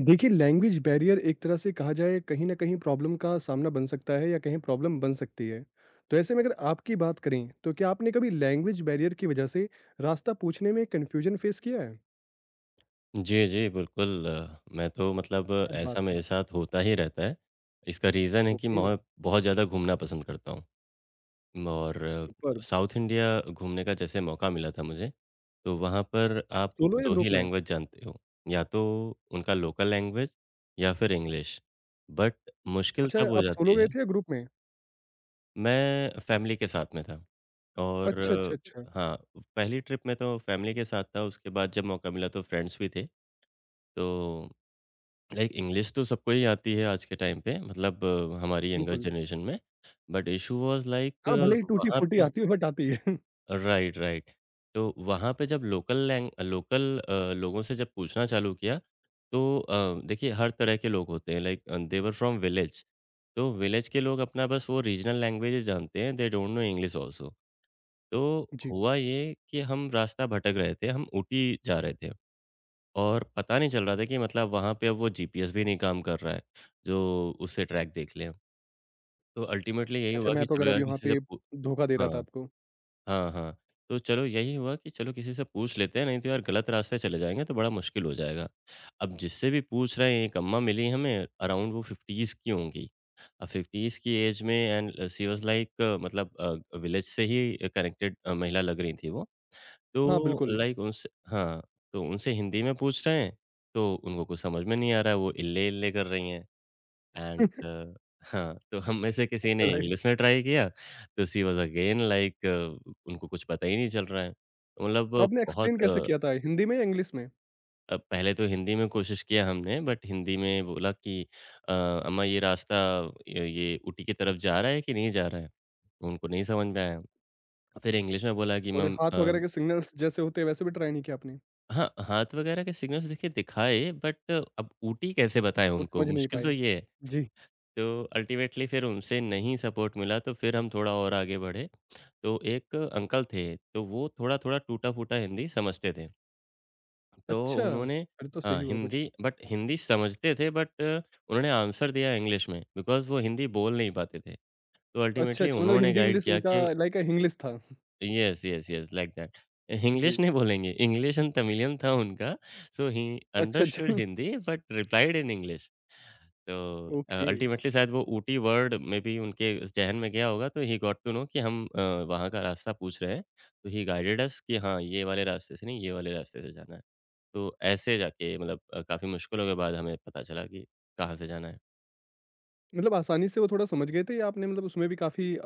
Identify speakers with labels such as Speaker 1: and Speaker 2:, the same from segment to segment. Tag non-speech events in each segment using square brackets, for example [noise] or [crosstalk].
Speaker 1: देखिए, language barrier एक तरह से कहा जाए कहीं न कहीं प्रॉब्लम का सामना बन सकता है या कहें प्रॉब्लम बन सकती है। तो ऐसे में अगर आपकी बात करें, तो क्या आपने कभी लैंग्वेज बैरियर की वजह से रास्ता पूछने में कन्फ्यूजन फेस किया है?
Speaker 2: जी, जी, बिल्कुल। मैं तो मतलब
Speaker 1: क्या बात
Speaker 2: ऐसा
Speaker 1: है!
Speaker 2: मेरे साथ होता ही रहता है। इसका रीज़न है कि
Speaker 1: ओके,
Speaker 2: मैं बहुत ज़्यादा घूमना पसंद करता हूँ और
Speaker 1: सुपर्ब!
Speaker 2: साउथ इंडिया घूमने का जैसे मौका मिला था मुझे, तो वहाँ पर आप
Speaker 1: सोलो या
Speaker 2: 2 ही
Speaker 1: ग्रुप में?
Speaker 2: लैंग्वेज जानते हो, या तो उनका लोकल लैंग्वेज या फिर इंग्लिश। बट मुश्किल
Speaker 1: अच्छा,
Speaker 2: तब हो
Speaker 1: आप सोलो
Speaker 2: जाती
Speaker 1: गए
Speaker 2: है।
Speaker 1: थे या ग्रुप में?
Speaker 2: मैं फैमिली के साथ में था और
Speaker 1: अच्छा, अच्छा, अच्छा।
Speaker 2: हाँ, पहली ट्रिप में तो फैमिली के साथ था, उसके बाद जब मौका मिला तो फ्रेंड्स भी थे। तो लाइक इंग्लिश तो सबको ही आती है आज के टाइम पे, मतलब हमारी यंगर
Speaker 1: बिल्कुल।
Speaker 2: जनरेशन में। बट इशू वाज लाइक
Speaker 1: हाँ, भले ही
Speaker 2: वहाँ
Speaker 1: टूटी-फूटी
Speaker 2: पे,
Speaker 1: आती हो बट आती है। [laughs]
Speaker 2: राइट राइट, तो वहाँ पे जब लोकल लोगों से जब पूछना चालू किया, तो देखिए हर तरह के लोग होते हैं, लाइक देवर फ्रॉम विलेज। तो विलेज के लोग अपना बस वो रीजनल लैंग्वेज जानते हैं, they don't know English also. तो
Speaker 1: जी।
Speaker 2: हुआ ये कि हम रास्ता भटक रहे थे, हम ऊटी जा रहे थे और पता नहीं चल रहा था कि, मतलब वहाँ पे अब वो जीपीएस भी नहीं काम कर रहा है, जो उससे ट्रैक देख लें। तो अल्टीमेटली यही
Speaker 1: अच्छा
Speaker 2: हुआ कि
Speaker 1: मैप
Speaker 2: चलो
Speaker 1: वगैरह
Speaker 2: यार
Speaker 1: भी वहाँ
Speaker 2: किसी से
Speaker 1: पे
Speaker 2: पू
Speaker 1: धोखा दे रहा
Speaker 2: हाँ,
Speaker 1: था आपको।
Speaker 2: हाँ, हाँ। तो चलो, यही हुआ कि चलो किसी से पूछ लेते हैं, नहीं तो यार गलत रास्ते चले जाएँगे तो बड़ा मुश्किल हो जाएगा। अब जिससे भी पूछ रहे हैं, एक अम्मा मिली हमें, अराउंड वो 50s की होंगी। अब 50s की ऐज में एंड शी वाज़ लाइक, मतलब विलेज से ही कनेक्टेड महिला लग रही थी वो।
Speaker 1: हाँ,
Speaker 2: तो
Speaker 1: बिल्कुल।
Speaker 2: लाइक उनसे, हाँ, तो उनसे हिंदी में पूछ रहे हैं, तो उनको कुछ समझ में नहीं आ रहा है, वो इल्ले-इल्ले कर रही हैं
Speaker 1: [laughs]
Speaker 2: एंड हाँ, तो हम में से किसी ने
Speaker 1: राइट।
Speaker 2: इंग्लिश में ट्राई किया, तो शी वाज़ अगेन लाइक उनको कुछ पता ही नहीं चल रहा है। तो मतलब
Speaker 1: तो
Speaker 2: अ,
Speaker 1: आपने
Speaker 2: बहुत
Speaker 1: एक्सप्लेन कैसे
Speaker 2: अ
Speaker 1: किया था? हिंदी में या इंग्लिश में?
Speaker 2: पहले तो हिंदी में कोशिश किया हमने, बट हिंदी में बोला कि अम्मा ये रास्ता य ये ऊटी की तरफ जा रहा है कि नहीं जा रहा है? तो उनको नहीं समझ में आया। फिर इंग्लिश में बोला कि
Speaker 1: और
Speaker 2: मैम
Speaker 1: हाथ वगैरह के सिग्नल्स जैसे होते हैं वैसे भी ट्राई नहीं किया आपने?
Speaker 2: हाँ, हाथ वग़ैरह के सिग्नल्स देखिए दिखाए, बट अब ऊटी कैसे बताएँ
Speaker 1: वो
Speaker 2: उनको?
Speaker 1: समझ नहीं
Speaker 2: मुश्किल तो
Speaker 1: पाए?
Speaker 2: ये है।
Speaker 1: जी।
Speaker 2: तो अल्टीमेटली फिर उनसे नहीं सपोर्ट मिला, तो फिर हम थोड़ा और आगे बढ़े। तो एक अंकल थे, तो वो थोड़ा-थोड़ा टूटा-फूटा हिंदी समझते थे। तो
Speaker 1: अच्छा!
Speaker 2: उन्होंने
Speaker 1: अरे! तो सही
Speaker 2: हाँ,
Speaker 1: हुआ कुछ।
Speaker 2: हिंदी, बट हिंदी समझते थे बट उन्होंने आंसर दिया इंग्लिश में बिकॉज़ वो हिंदी बोल नहीं पाते थे। तो
Speaker 1: अच्छा,
Speaker 2: अल्टीमेटली
Speaker 1: अच्छा मतलब
Speaker 2: उन्होंने गाइड
Speaker 1: हिंदी-इंग्लिश
Speaker 2: किया
Speaker 1: उनका
Speaker 2: कि
Speaker 1: लाइक हिंग्लिश था।
Speaker 2: Yes, yes, yes, like that. [laughs]
Speaker 1: जी।
Speaker 2: English नहीं बोलेंगे, English and तमिलियन था उनका, so he
Speaker 1: अच्छा, अच्छा।
Speaker 2: understood
Speaker 1: [laughs]
Speaker 2: Hindi but replied in English. तो
Speaker 1: ओके।
Speaker 2: अल्टीमेटली शायद वो ऊटी वर्ड में भी उनके ज़हन में गया होगा, तो he got to know कि हम वहाँ का रास्ता पूछ रहे हैं, तो he guided us कि हाँ, ये वाले रास्ते से नहीं, ये वाले रास्ते से जाना है। तो ऐसे जाके, मतलब काफ़ी मुश्किलों के बाद हमें पता चला कि कहाँ से जाना है।
Speaker 1: मतलब आसानी से वो थोड़ा समझ गए थे या आपने मतलब उसमें भी काफ़ी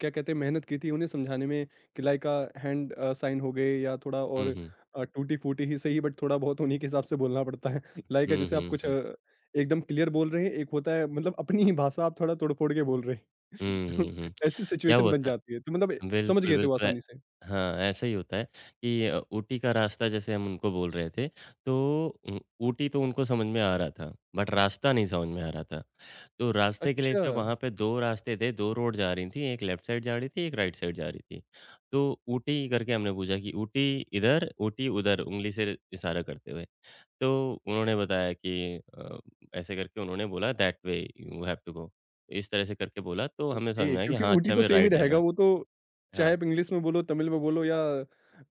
Speaker 1: क्या कहते हैं, मेहनत की थी, उन्हें समझाने में कि लाइक हैंड साइन हो गए या थोड़ा और
Speaker 2: हुँ, हुँ।
Speaker 1: टूटी-फूटी ही सही बट थोड़ा बहुत उन्हीं के हिसाब से बोलना पड़ता है। [laughs] लाइक
Speaker 2: हुँ,
Speaker 1: जैसे आप
Speaker 2: हुँ,
Speaker 1: कुछ
Speaker 2: हुँ।
Speaker 1: एकदम क्लियर बोल रहे हैं, एक होता है मतलब अपनी ही भाषा आप थोड़ा तोड़-फोड़ के बोल रहे हैं।
Speaker 2: हुँ,
Speaker 1: [laughs] तो
Speaker 2: हुँ, हुँ।
Speaker 1: ऐसी
Speaker 2: क्या
Speaker 1: सिचुएशन
Speaker 2: हुआ
Speaker 1: बन
Speaker 2: था?
Speaker 1: जाती है। तो मतलब ए, समझ
Speaker 2: बिल्कुल,
Speaker 1: गए थे वो
Speaker 2: बिल्कुल ए
Speaker 1: आसानी से?
Speaker 2: हाँ, ऐसा ही होता है कि ऊटी का रास्ता जैसे हम उनको बोल रहे थे, तो उ ऊटी तो उनको समझ में आ रहा था, बट रास्ता नहीं समझ में आ रहा था। तो रास्ते के लिए
Speaker 1: अच्छा,
Speaker 2: फिर वहाँ पे 2 रास्ते थे, 2 रोड जा रही थी, एक लेफ्ट साइड जा रही थी, एक राइट साइड जा रही थी। तो ऊटी करके हमने पूछा कि ऊटी इधर, ऊटी उधर, उँगली से इशारा करते हुए। तो उन्होंने बताया कि ऐसे करके उन्होंने बोला that way you have to go. इस तरह से करके बोला, तो हमें समझ
Speaker 1: ओके
Speaker 2: में आया कि
Speaker 1: क्योंकि
Speaker 2: हाँ, अच्छा
Speaker 1: ऊटी तो
Speaker 2: हमें
Speaker 1: सेम ही
Speaker 2: राइट जाना
Speaker 1: रहेगा
Speaker 2: है।
Speaker 1: वो तो चाहे
Speaker 2: हाँ।
Speaker 1: आप इंग्लिश में बोलो, तमिल में बोलो या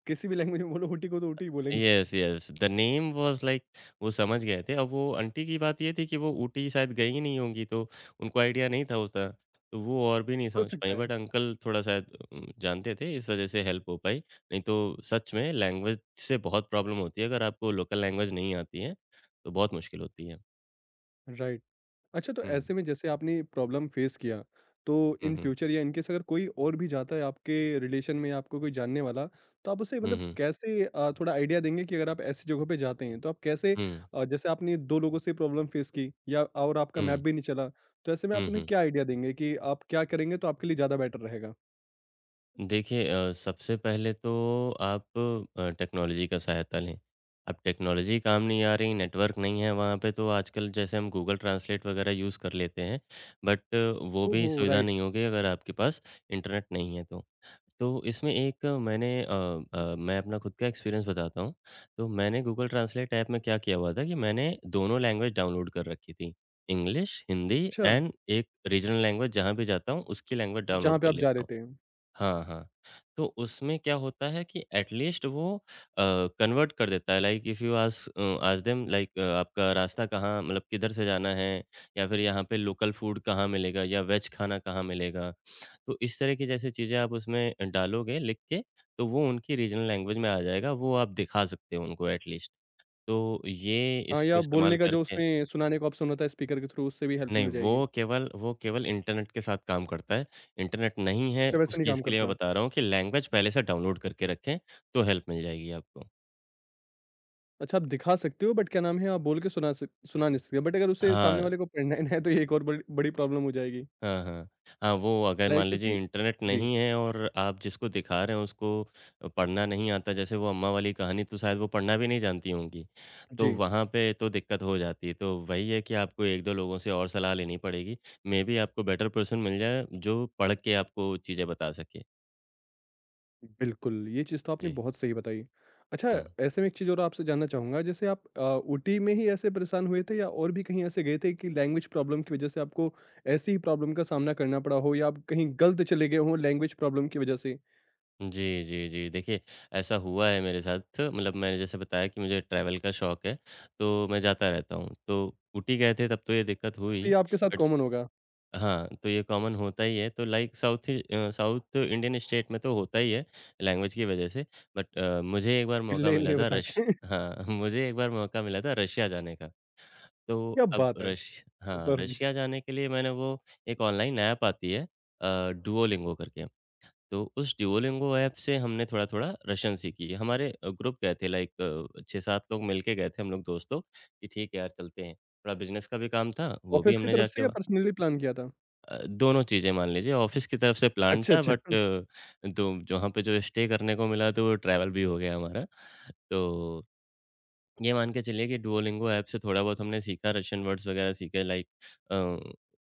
Speaker 1: किसी भी लैंग्वेज में बोलो, ऊटी को तो ऊटी ही बोलेंगे।
Speaker 2: Yes
Speaker 1: [laughs]
Speaker 2: yes the name was like वो समझ गए थे। अब वो आंटी की बात ये थी कि वो ऊटी शायद गई ही नहीं होंगी, तो उनको आइडिया नहीं था उतना, तो वो और भी नहीं
Speaker 1: हो
Speaker 2: समझ
Speaker 1: सकता
Speaker 2: पाईं,
Speaker 1: है।
Speaker 2: बट अंकल थोड़ा शायद जानते थे, इस वज़ह से हेल्प हो पाई। नहीं तो सच में लैंग्वेज से बहुत प्रॉब्लम होती है, अगर आपको लोकल लैंग्वेज नहीं आती है, तो बहुत मुश्किल होती है।
Speaker 1: राइट। अच्छा, तो
Speaker 2: हुँ।
Speaker 1: ऐसे में जैसे आपने प्रॉब्लम फेस किया, तो
Speaker 2: हुँ,
Speaker 1: इन
Speaker 2: हुँ।
Speaker 1: फ्यूचर या इन केस अगर कोई और भी जाता है आपके रिलेशन में, आपको कोई जानने वाला, तो आप उसे
Speaker 2: हुँ,
Speaker 1: मतलब
Speaker 2: हुँ।
Speaker 1: कैसे थोड़ा आइडिया देंगे कि अगर आप ऐसी जगहों पे जाते हैं, तो आप कैसे
Speaker 2: हुँ।
Speaker 1: जैसे आपने 2 लोगों से प्रॉब्लम फेस की या और आपका मैप भी नहीं चला, तो ऐसे में आप
Speaker 2: हुँ,
Speaker 1: उन्हें
Speaker 2: हुँ।
Speaker 1: क्या आइडिया देंगे कि आप क्या करेंगे तो आपके लिए ज़्यादा बेटर रहेगा?
Speaker 2: देखिए सबसे पहले तो आप टेक्नोलॉजी का सहायता लें। अब टेक्नोलॉजी काम नहीं आ रही, नेटवर्क नहीं है वहाँ पे, तो आजकल जैसे हम गूगल ट्रांसलेट वगैरह यूज़ कर लेते हैं, बट वो भी
Speaker 1: ओहो!
Speaker 2: सुविधा
Speaker 1: राइट,
Speaker 2: नहीं होगी अगर आपके पास इंटरनेट नहीं है तो। तो इसमें एक मैंने अ मैं अपना खुद का एक्सपीरियंस बताता हूँ। तो मैंने गूगल ट्रांसलेट ऐप में क्या किया हुआ था कि मैंने दोनों लैंग्वेज डाउनलोड कर रखी थी। इंग्लिश, हिंदी
Speaker 1: अच्छा,
Speaker 2: एंड एक रीजनल लैंग्वेज, जहाँ भी जाता हूँ उसकी लैंग्वेज डाउनलोड
Speaker 1: जहाँ पे
Speaker 2: कर
Speaker 1: आप जा
Speaker 2: लेता
Speaker 1: रहे
Speaker 2: हूँ।
Speaker 1: थे।
Speaker 2: हाँ, हाँ। तो उसमें क्या होता है कि एट लीस्ट वो कन्वर्ट कर देता है, like if you ask them, like आपका रास्ता कहाँ, मतलब किधर से जाना है, या फिर यहाँ पे लोकल फूड कहाँ मिलेगा या वेज खाना कहाँ मिलेगा। तो इस तरह की जैसे चीज़ें आप उसमें डालोगे लिख के, तो वो उनकी रीजनल लैंग्वेज में आ जाएगा, वो आप दिखा सकते हो उनको एट लीस्ट। तो ये
Speaker 1: हाँ,
Speaker 2: इसको
Speaker 1: या
Speaker 2: इस्तेमाल
Speaker 1: बोलने का जो
Speaker 2: करके,
Speaker 1: उसमें सुनाने को ऑप्शन होता है स्पीकर के थ्रू, उससे भी हेल्प
Speaker 2: नहीं,
Speaker 1: मिल
Speaker 2: वो
Speaker 1: जाएगी।
Speaker 2: केवल वो केवल इंटरनेट के साथ काम करता है। इंटरनेट नहीं है,
Speaker 1: अच्छा,
Speaker 2: उस
Speaker 1: वैसे नहीं
Speaker 2: केस
Speaker 1: काम
Speaker 2: के लिए मैं
Speaker 1: करता।
Speaker 2: बता रहा हूँ कि लैंग्वेज पहले से डाउनलोड करके रखें, तो हेल्प मिल जाएगी आपको।
Speaker 1: अच्छा, आप दिखा सकते हो बट क्या नाम है, आप बोल के सुना नहीं सकते। बट अगर उसे सामने
Speaker 2: हाँ,
Speaker 1: वाले को पढ़ना ही ना है तो ये एक और बड़ी बड़ी प्रॉब्लम हो जाएगी।
Speaker 2: हाँ, हाँ। हाँ, वो अगर
Speaker 1: लाइक
Speaker 2: मान लीजिए
Speaker 1: क्योंकि
Speaker 2: इंटरनेट
Speaker 1: जी,
Speaker 2: नहीं है और आप जिसको दिखा रहे हैं उसको पढ़ना नहीं आता, जैसे वो अम्मा वाली कहानी, तो शायद वो पढ़ना भी नहीं जानती होंगी। तो
Speaker 1: जी,
Speaker 2: वहाँ पे तो दिक्कत हो जाती है, तो वही है कि आपको 1-2 लोगों से और सलाह लेनी पड़ेगी। मेबी आपको बेटर पर्सन मिल जाए, जो पढ़ के आपको चीज़ें बता सके।
Speaker 1: बिल्कुल, ये चीज़ तो आपने
Speaker 2: जी।
Speaker 1: बहुत सही बताई। अच्छा,
Speaker 2: हुँ।
Speaker 1: ऐसे में एक चीज़ और आपसे जानना चाहूँगा, जैसे आप ऊटी में ही ऐसे परेशान हुए थे या और भी कहीं ऐसे गए थे कि लैंग्वेज प्रॉब्लम की वजह से आपको ऐसी ही प्रॉब्लम का सामना करना पड़ा हो या आप कहीं गलत चले गए हों लैंग्वेज प्रॉब्लम की वजह से?
Speaker 2: जी, जी, जी। देखिए, ऐसा हुआ है मेरे साथ, मतलब मैंने जैसे बताया कि मुझे ट्रैवल का शौक है, तो मैं जाता रहता हूँ। तो ऊटी गए थे तब तो ये दिक्कत हुई,
Speaker 1: तो ये आपके साथ
Speaker 2: बट
Speaker 1: कॉमन होगा,
Speaker 2: हाँ, तो ये कॉमन होता ही है। तो लाइक साउथ इंडियन स्टेट में तो होता ही है, लैंग्वेज की वजह से। बट मुझे एक बार
Speaker 1: [laughs]
Speaker 2: मौका मिला
Speaker 1: हिल्ले-हिल्ले
Speaker 2: था
Speaker 1: बता
Speaker 2: रश
Speaker 1: के। [laughs]
Speaker 2: हाँ, [laughs] मुझे एक बार मौका मिला था रशिया जाने का। तो
Speaker 1: क्या
Speaker 2: अब
Speaker 1: बात है!
Speaker 2: रश हाँ,
Speaker 1: सुपर्ब!
Speaker 2: रशिया जाने के लिए मैंने वो, एक ऑनलाइन ऐप आती है डुओलिंगो करके। तो उस ड्यूओलिंगो ऐप से हमने थोड़ा-थोड़ा रशियन सीखी। हमारे ग्रुप गए थे, लाइक 6-7 लोग मिलके गए थे, हम लोग दोस्त लोग, कि ठीक है यार चलते हैं। थोड़ा बिज़नेस का भी काम था, वो भी
Speaker 1: ऑफिस की
Speaker 2: हमने
Speaker 1: तरफ
Speaker 2: जाके
Speaker 1: से या
Speaker 2: वहाँ
Speaker 1: पर्सनली प्लान किया था?
Speaker 2: दोनों चीज़ें, मान लीजिए ऑफ़िस की तरफ से प्लान
Speaker 1: अच्छा,
Speaker 2: था,
Speaker 1: अच्छा।
Speaker 2: बट
Speaker 1: [laughs]
Speaker 2: तो जहाँ पे जो स्टे करने को मिला तो वो ट्रैवल भी हो गया हमारा। तो ये मान के चलिए कि डुओलिंगो ऐप से थोड़ा बहुत हमने सीखा, रशियन वर्ड्स वगैरह सीखे, लाइक अ,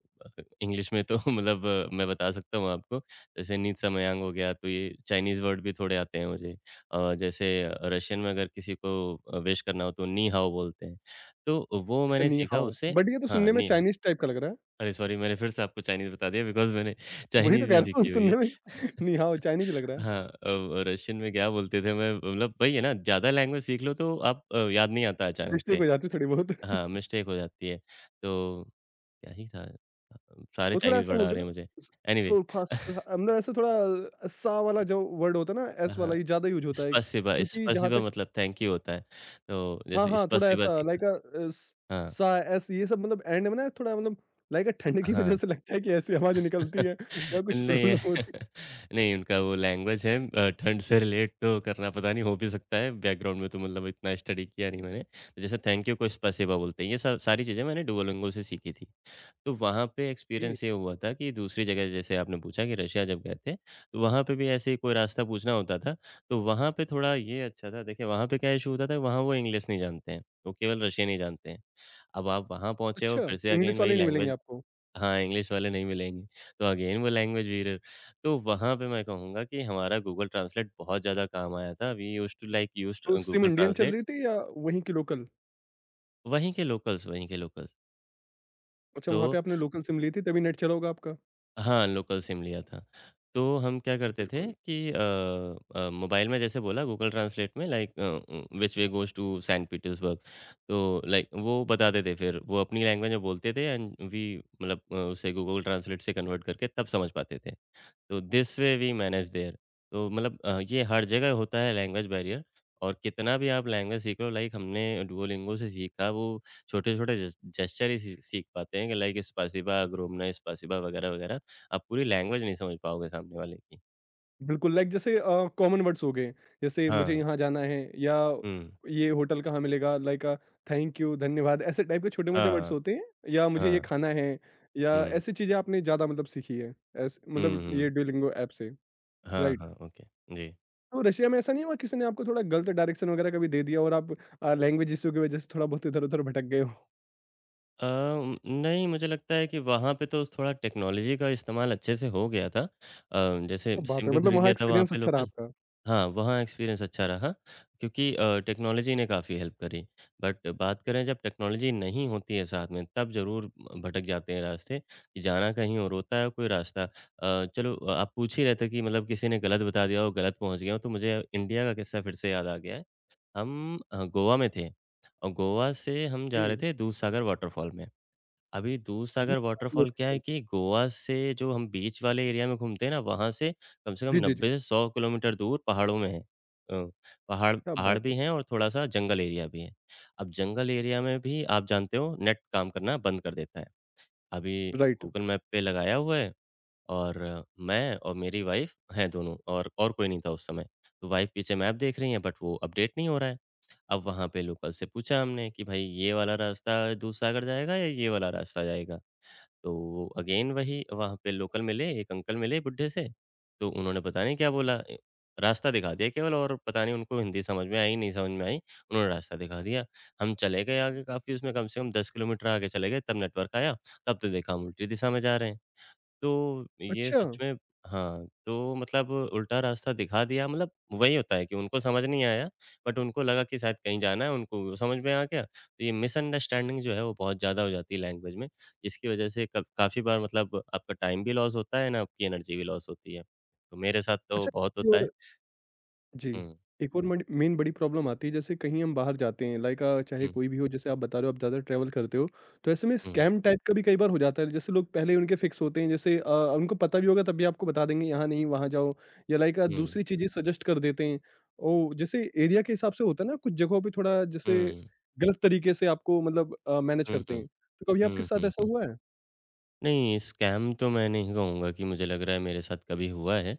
Speaker 2: इंग्लिश में तो [laughs] मतलब मैं बता सकता हूँ आपको, जैसे नित्समयांग हो गया, तो ये चाइनीज़ वर्ड भी थोड़े आते हैं मुझे। जैसे रशियन में अगर किसी को विश करना हो तो नी हाओ बोलते हैं, तो वो
Speaker 1: अच्छा,
Speaker 2: मैंने
Speaker 1: नि
Speaker 2: सीखा
Speaker 1: हाओ।
Speaker 2: उससे।
Speaker 1: बट ये तो
Speaker 2: हाँ,
Speaker 1: सुनने में
Speaker 2: नी हाओ।
Speaker 1: चाइनीज़ टाइप का लग रहा है।
Speaker 2: अरे सॉरी, मैंने फिर से आपको चाइनीज़ बता दिया बिकॉज़ मैंने
Speaker 1: वही तो
Speaker 2: चाइनीज़
Speaker 1: कह
Speaker 2: भी
Speaker 1: रहा हूँ
Speaker 2: सीखी हुई है।
Speaker 1: सुनने में [laughs]
Speaker 2: [laughs]
Speaker 1: नि हाओ चाइनीज़ लग रहा है।
Speaker 2: हाँ, अब रशियन में क्या बोलते थे मैं, मतलब वही है ना, ज़्यादा लैंग्वेज सीख लो तो आप याद नहीं आता अचानक
Speaker 1: मिस्टेक
Speaker 2: से।
Speaker 1: हो जाती है थोड़ी बहुत।
Speaker 2: हाँ,
Speaker 1: [laughs]
Speaker 2: मिस्टेक हो जाती है। तो क्या ही था? सारे
Speaker 1: वो थोड़ा
Speaker 2: चाइनीज़
Speaker 1: ऐसे
Speaker 2: वर्ड आ
Speaker 1: बोलते हैं
Speaker 2: रहे
Speaker 1: ना
Speaker 2: हैं मुझे।
Speaker 1: स
Speaker 2: एनीवे।
Speaker 1: सोल्फा
Speaker 2: [laughs]
Speaker 1: सोल्फा मतलब ऐसे थोड़ा सा वाला जो वर्ड होता है ना एस
Speaker 2: हाँ,
Speaker 1: वाला ये ज़्यादा यूज़ होता है।
Speaker 2: स्पासिबा
Speaker 1: क्योंकि जहाँ
Speaker 2: स्पासिबा
Speaker 1: तक
Speaker 2: मतलब थैंक यू होता है। तो
Speaker 1: हाँ,
Speaker 2: जैसे
Speaker 1: हाँ, थोड़ा
Speaker 2: स्पासिबा
Speaker 1: ऐसा
Speaker 2: सीखा।
Speaker 1: लाइक स
Speaker 2: हाँ,
Speaker 1: सा, एस ये सब मतलब एंड में ना थोड़ा मतलब लाइक ठंड की वजह
Speaker 2: हाँ।
Speaker 1: से लगता है कि ऐसी आवाज़ निकलती
Speaker 2: [laughs]
Speaker 1: है [laughs] या कुछ
Speaker 2: नहीं,
Speaker 1: प्रॉब्लम होती
Speaker 2: [laughs] नहीं उनका वो लैंग्वेज है, ठंड से रिलेट तो करना पता नहीं हो भी सकता है, बैकग्राउंड में तो मतलब इतना स्टडी किया नहीं मैंने। तो जैसे थैंक यू को स्पासिबा बोलते हैं। ये सब सारी चीज़ें मैंने डुओलिंगो से सीखी थी। तो वहाँ पे
Speaker 1: है। [laughs] ए,
Speaker 2: एक्सपीरियंस ये हुआ था कि दूसरी जगह जैसे आपने पूछा कि रशिया जब गए थे, तो वहाँ पे भी ऐसे ही कोई रास्ता पूछना होता था, तो वहाँ पे थोड़ा ये अच्छा था। देखिए वहाँ पे क्या इश्यू होता था, वहाँ वो इंग्लिश नहीं जानते हैं, वो केवल रशियन ही जानते हैं। अब आप वहाँ पहुँचे हो,
Speaker 1: अच्छा,
Speaker 2: फिर से अगेन
Speaker 1: इंग्लिश
Speaker 2: वही
Speaker 1: वाले नहीं मिलेंगे
Speaker 2: लैंग्वेज।
Speaker 1: आपको।
Speaker 2: हाँ, इंग्लिश वाले नहीं मिलेंगे, तो अगेन वो लैंग्वेज बैरियर। तो वहाँ पे मैं कहूँगा कि हमारा गूगल ट्रांसलेट बहुत ज़्यादा काम आया था। We used to like used
Speaker 1: to सिम
Speaker 2: गूगल
Speaker 1: इंडियन चल
Speaker 2: ट्रांसलेट।
Speaker 1: रही थी या वहीं की लोकल?
Speaker 2: वहीं के लोकल्स।
Speaker 1: अच्छा, वहाँ पे
Speaker 2: तो
Speaker 1: आपने लोकल सिम ली थी तभी नेट चला होगा आपका?
Speaker 2: हाँ, लोकल सिम लिया था। तो हम क्या करते थे
Speaker 1: बिल्कुल।
Speaker 2: कि मोबाइल में जैसे बोला गूगल ट्रांसलेट में, like which way goes to Saint Petersburg. तो लाइक वो बताते थे, फिर वो अपनी लैंग्वेज में बोलते थे एंड वी मतलब, उसे गूगल ट्रांसलेट से कन्वर्ट करके तब समझ पाते थे। तो this way we manage there. तो मतलब ये हर जगह होता है लैंग्वेज बैरियर, और कितना भी आप लैंग्वेज सीख लो, लाइक हमने डुओलिंगो से सीखा, वो छोटे-छोटे जेस्चर ही सी सीख पाते हैं कि लाइक स्पासिबा, ग्रोमना, स्पासिबा वगैरह, वगैरह। आप पूरी लैंग्वेज नहीं समझ पाओगे सामने वाले की।
Speaker 1: बिल्कुल, लाइक जैसे कॉमन वर्ड्स हो गए, जैसे मुझे
Speaker 2: हाँ।
Speaker 1: यहाँ जाना है या
Speaker 2: हुँ।
Speaker 1: ये होटल कहाँ मिलेगा? लाइक थैंक यू, धन्यवाद, ऐसे टाइप के छोटे-मोटे वर्ड्स
Speaker 2: हाँ,
Speaker 1: होते हैं या मुझे ये
Speaker 2: हाँ।
Speaker 1: खाना है या
Speaker 2: हुँ।
Speaker 1: ऐसी चीज़ें आपने ज़्यादा मतलब सीखी है, ऐस
Speaker 2: हुँ,
Speaker 1: मतलब
Speaker 2: हुँ।
Speaker 1: ये डुओलिंगो ऐप से,
Speaker 2: हाँ,
Speaker 1: राइट?
Speaker 2: हाँ। ओके। जी।
Speaker 1: तो रशिया में ऐसा नहीं हुआ किसी ने आपको थोड़ा गलत डायरेक्शन वगैरह कभी दे दिया और आप लैंग्वेज इश्यू की वजह से थोड़ा बहुत इधर-उधर भटक गए हो?
Speaker 2: अ, नहीं, मुझे लगता है कि वहाँ पे तो थोड़ा टेक्नोलॉजी का इस्तेमाल अच्छे से हो गया था। जैसे
Speaker 1: क्या बात
Speaker 2: सिम
Speaker 1: है!
Speaker 2: भी
Speaker 1: मतलब
Speaker 2: खरीद
Speaker 1: वहाँ
Speaker 2: लिया था वहाँ
Speaker 1: एक्सपीरियंस
Speaker 2: पे लोग
Speaker 1: अच्छा रहा
Speaker 2: ने।
Speaker 1: आपका।
Speaker 2: हाँ, वहाँ एक्सपीरियंस अच्छा रहा, क्योंकि टेक्नोलॉजी ने काफ़ी हेल्प करी। बट बात करें जब टेक्नोलॉजी नहीं होती है साथ में, तब ज़रूर भटक जाते हैं रास्ते कि जाना कहीं और होता है कोई रास्ता। चलो, आप पूछ ही रहे थे कि मतलब किसी ने गलत बता दिया हो, गलत पहुँच गया हो, तो मुझे इंडिया का किस्सा फिर से याद आ गया है। हम गोवा में थे, और गोवा से हम जा
Speaker 1: ओके।
Speaker 2: रहे थे दूधसागर वाटरफॉल में। अभी दूधसागर वाटरफॉल क्या है कि गोवा से जो हम बीच वाले एरिया में घूमते हैं ना, वहाँ से कम
Speaker 1: जी, जी,
Speaker 2: 90
Speaker 1: जी।
Speaker 2: से 100 किलोमीटर दूर पहाड़ों में है। पहाड़
Speaker 1: क्या
Speaker 2: पहाड़
Speaker 1: बात है!
Speaker 2: भी हैं और थोड़ा-सा जंगल एरिया भी है। अब जंगल एरिया में भी आप जानते हो नेट काम करना बंद कर देता है। अभी
Speaker 1: राइट।
Speaker 2: गूगल मैप पे लगाया हुआ है, और मैं और मेरी वाइफ़ हैं दोनों, और कोई नहीं था उस समय। तो वाइफ़ पीछे मैप देख रही हैं बट वो अपडेट नहीं हो रहा है। अब वहाँ पे लोकल से पूछा हमने कि भाई ये वाला रास्ता दूधसागर जाएगा या ये वाला रास्ता जाएगा? तो अगेन वही, वहाँ पे लोकल मिले, एक अंकल मिले बुड्ढे से, तो उन्होंने पता नहीं क्या बोला, ए रास्ता दिखा दिया केवल, और पता नहीं उनको हिंदी समझ में आई, नहीं समझ में आई, उन्होंने रास्ता दिखा दिया। हम चले गए आगे, काफ़ी उसमें कम से कम 10 किलोमीटर आगे चले गए तब नेटवर्क आया, तब तो देखा हम उल्टी दिशा में जा रहे हैं। तो ये
Speaker 1: अच्छा,
Speaker 2: सच में, हाँ, तो मतलब उल्टा रास्ता दिखा दिया, मतलब वही होता है कि उनको समझ नहीं आया, बट उनको लगा कि शायद कहीं जाना है उनको, समझ में आ गया। तो ये मिसअंडरस्टैंडिंग जो है वो बहुत ज़्यादा हो जाती है लैंग्वेज में, जिसकी वजह से क काफ़ी बार मतलब आपका टाइम भी लॉस होता है ना, आपकी एनर्जी भी लॉस होती है। तो मेरे साथ तो
Speaker 1: अच्छा
Speaker 2: बहुत
Speaker 1: एक
Speaker 2: होता है।
Speaker 1: और जी,
Speaker 2: हुँ,
Speaker 1: एक और मड मेन बड़ी प्रॉब्लम आती है जैसे कहीं हम बाहर जाते हैं लाइक चाहे
Speaker 2: हुँ,
Speaker 1: कोई भी हो जैसे आप बता रहे हो आप ज़्यादा ट्रैवल करते हो, तो ऐसे में
Speaker 2: हुँ,
Speaker 1: स्कैम टाइप का भी कई बार हो जाता है जैसे लोग पहले ही उनके फिक्स होते हैं जैसे उनको पता भी होगा तब भी आपको बता देंगे यहाँ नहीं वहाँ जाओ या लाइक
Speaker 2: हुँ,
Speaker 1: दूसरी चीज़ें सजेस्ट कर देते हैं। ओ जैसे एरिया के हिसाब से होता है ना कुछ जगहों पे थोड़ा जैसे
Speaker 2: हुँ,
Speaker 1: गलत तरीके से आपको मतलब मैनेज
Speaker 2: हुँ,
Speaker 1: करते
Speaker 2: हुँ,
Speaker 1: हैं। तो कभी आपके
Speaker 2: हुँ,
Speaker 1: साथ
Speaker 2: हुँ,
Speaker 1: ऐसा
Speaker 2: हुँ।
Speaker 1: हुआ है?
Speaker 2: नहीं, स्कैम तो मैं नहीं कहूँगा कि मुझे लग रहा है मेरे साथ कभी हुआ है।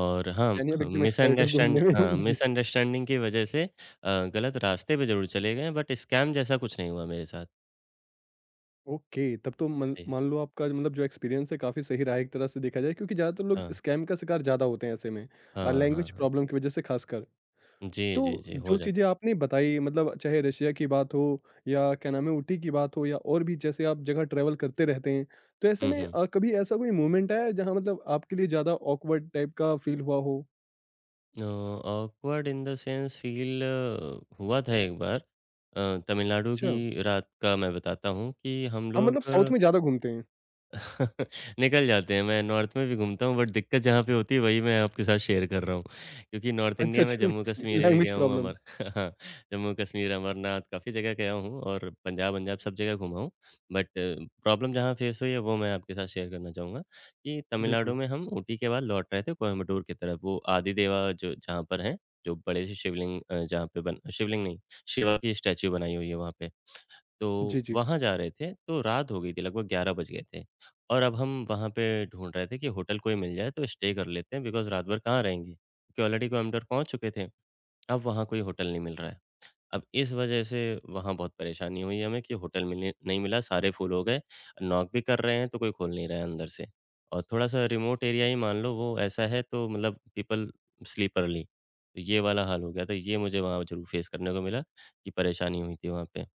Speaker 2: और हाँ,
Speaker 1: यानी आप
Speaker 2: हुँ।
Speaker 1: एकदम एक्सपर्ट हो
Speaker 2: मिसअंडरस्टैंड
Speaker 1: घूमने में?
Speaker 2: हाँ,
Speaker 1: [laughs] जी।
Speaker 2: मिसअंडरस्टैंडिंग की वज़ह से गलत रास्ते पे ज़रूर चले गए हैं, बट स्कैम जैसा कुछ नहीं हुआ मेरे साथ।
Speaker 1: ओके, तब तो मन
Speaker 2: जी।
Speaker 1: मान लो आपका मतलब जो एक्सपीरियंस है काफ़ी सही रहा है एक तरह से देखा जाए क्योंकि ज़्यादातर लोग
Speaker 2: हाँ,
Speaker 1: स्कैम का शिकार ज़्यादा होते हैं ऐसे में और
Speaker 2: हाँ, हाँ,
Speaker 1: लैंग्वेज
Speaker 2: हाँ।
Speaker 1: प्रॉब्लम की वजह से खासकर।
Speaker 2: जी, जी,
Speaker 1: तो
Speaker 2: जी, हो
Speaker 1: जो चीज़ें
Speaker 2: जाता है।
Speaker 1: आपने बताई मतलब चाहे रशिया की बात हो या क्या नाम है ऊटी की बात हो या और भी जैसे आप जगह ट्रैवल करते रहते हैं, तो ऐसे
Speaker 2: हुँ,
Speaker 1: में
Speaker 2: हुँ।
Speaker 1: कभी ऐसा कोई मोमेंट आया है जहाँ मतलब आपके लिए ज़्यादा ऑकवर्ड टाइप का फील हुआ हो?
Speaker 2: Uh, awkward in the sense feel हुआ था एक बार, तमिलनाडु
Speaker 1: अच्छा,
Speaker 2: की रात का मैं बताता हूँ कि हम
Speaker 1: आप मतलब
Speaker 2: लोग
Speaker 1: साउथ में ज़्यादा घूमते हैं।
Speaker 2: [laughs] निकल जाते हैं, मैं नॉर्थ में भी घूमता हूँ बट दिक्कत जहाँ पे होती है वही मैं आपके साथ शेयर कर रहा हूँ। क्योंकि नॉर्थ
Speaker 1: अच्छा,
Speaker 2: इंडिया में
Speaker 1: अच्छा
Speaker 2: जम्मू-कश्मीर
Speaker 1: [laughs]
Speaker 2: भी
Speaker 1: लैंग्वेज
Speaker 2: गया हूँ,
Speaker 1: प्रॉब्लम,
Speaker 2: अमर, [laughs] हाँ, जम्मू-कश्मीर, अमरनाथ काफ़ी जगह गया हूँ, और पंजाब वंजाब सब जगह घूमा हूँ। बट प्रॉब्लम जहाँ फेस हुई है वो मैं आपके साथ शेयर करना चाहूँगा कि तमिलनाडु
Speaker 1: बिल्कुल।
Speaker 2: में हम ऊटी के बाद लौट रहे थे कोयम्बटूर की तरफ, वो आदि देवा जो जहाँ पर हैं, जो बड़े से शिवलिंग, जहाँ पे बन शिवलिंग नहीं, शिवा की स्टैच्यू बनाई हुई है वहाँ पे। तो
Speaker 1: जी, जी।
Speaker 2: वहाँ जा रहे थे, तो रात हो गई थी, लगभग 11 बज गए थे, और अब हम वहाँ पे ढूँढ रहे थे कि होटल कोई मिल जाए तो स्टे कर लेते हैं बिकॉज़ रात भर कहाँ रहेंगे, क्योंकि ऑलरेडी कोयंबटूर पहुँच चुके थे, अब वहाँ कोई होटल नहीं मिल रहा है। अब इस वजह से वहाँ बहुत परेशानी हुई हमें कि होटल मिलने नहीं मिला, सारे फुल हो गए, नॉक भी कर रहे हैं तो कोई खोल नहीं रहा है अंदर से, और थोड़ा-सा रिमोट एरिया ही मान लो वो ऐसा है, तो मतलब पीपल स्लीप अर्ली, तो ये वाला हाल हो गया था, ये मुझे वहाँ ज़रूर फ़ेस करने को मिला कि परेशानी हुई थी वहाँ पे।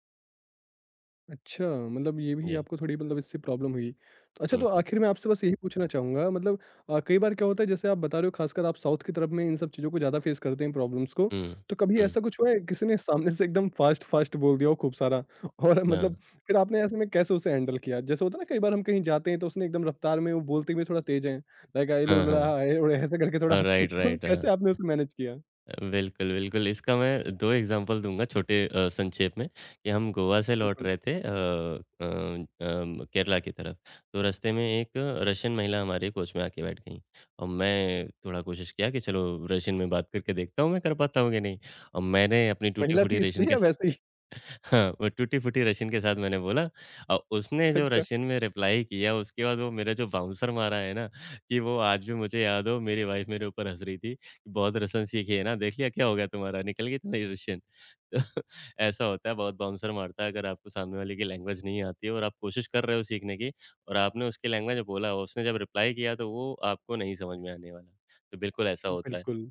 Speaker 1: अच्छा, मतलब ये भी
Speaker 2: जी।
Speaker 1: आपको थोड़ी मतलब इससे प्रॉब्लम हुई। तो अच्छा
Speaker 2: हुँ,
Speaker 1: तो
Speaker 2: हुँ।
Speaker 1: आखिर में आपसे बस यही पूछना चाहूँगा मतलब कई बार क्या होता है जैसे आप बता रहे हो ख़ासकर आप साउथ की तरफ में इन सब चीज़ों को ज़्यादा फ़ेस करते हैं प्रॉब्लम्स को।
Speaker 2: हुँ,
Speaker 1: तो कभी
Speaker 2: हुँ,
Speaker 1: ऐसा कुछ हुआ है किसी ने सामने से एकदम फ़ास्ट-फ़ास्ट बोल दिया हो खूब सारा [laughs] और
Speaker 2: हाँ,
Speaker 1: मतलब फिर आपने ऐसे में कैसे उसे हैंडल किया? जैसे होता है ना कई बार हम कहीं जाते हैं तो उसने एकदम रफ़्तार में वो बोलते हुए थोड़ा तेज़ है। लाइक इलु
Speaker 2: हाँ, हाँ।
Speaker 1: ला ए ओड़े ऐसे करके थोड़ा
Speaker 2: हाँ,
Speaker 1: [laughs] तो
Speaker 2: राइट,
Speaker 1: मतलब
Speaker 2: राइट, हाँ।
Speaker 1: कैसे आपने उसे मैनेज किया?
Speaker 2: बिल्कुल, बिल्कुल, इसका मैं 2 एग्ज़ाम्पल दूँगा छोटे, संक्षेप में कि हम गोवा से लौट
Speaker 1: बिल्कुल।
Speaker 2: रहे थे, अम, केरला की तरफ, तो रास्ते में एक रशियन महिला हमारे कोच में आके बैठ गईं, और मैं थोड़ा कोशिश किया कि चलो रशियन में बात करके देखता हूँ मैं कर पाता हूँ कि नहीं, और मैंने अपनी
Speaker 1: महिला
Speaker 2: टूटी-फूटी
Speaker 1: थी
Speaker 2: रशियन
Speaker 1: इसलिए
Speaker 2: के,
Speaker 1: या वैसे ही?
Speaker 2: हाँ, वो टूटी-फूटी रशियन के साथ मैंने बोला, और उसने
Speaker 1: [laughs]
Speaker 2: जो
Speaker 1: अच्छा,
Speaker 2: रशियन में रिप्लाई किया उसके बाद वो मेरा जो बाउंसर मारा है ना, कि वो आज भी मुझे याद हो, मेरी वाइफ़ मेरे ऊपर हँस रही थी, कि बहुत रसन सीखी है ना, देख लिया क्या हो गया तुम्हारा, निकल गई तुम्हारी रशियन। [laughs] तो ऐसा होता है, बहुत बाउंसर मारता है अगर आपको सामने वाले की लैंग्वेज नहीं आती है और आप कोशिश कर रहे हो सीखने की, और आपने उसकी लैंग्वेज में बोला, उसने जब रिप्लाई किया तो वो आपको नहीं समझ में आने वाला। तो बिल्कुल ऐसा होता है।
Speaker 1: बिल्कुल।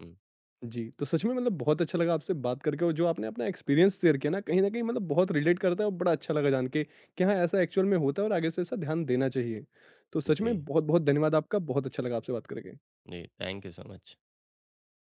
Speaker 2: हुँ,
Speaker 1: जी, तो सच में मतलब बहुत अच्छा लगा आपसे बात करके और जो आपने अपना एक्सपीरियंस शेयर किया ना, कहीं न कहीं मतलब बहुत रिलेट करता है और बड़ा अच्छा लगा जान के कि हाँ, ऐसा एक्चुअल में होता है और आगे से ऐसा ध्यान देना चाहिए। तो सच में
Speaker 2: जी,
Speaker 1: बहुत-बहुत धन्यवाद आपका, बहुत अच्छा लगा आपसे बात करके।
Speaker 2: जी, थैंक यू सो मच।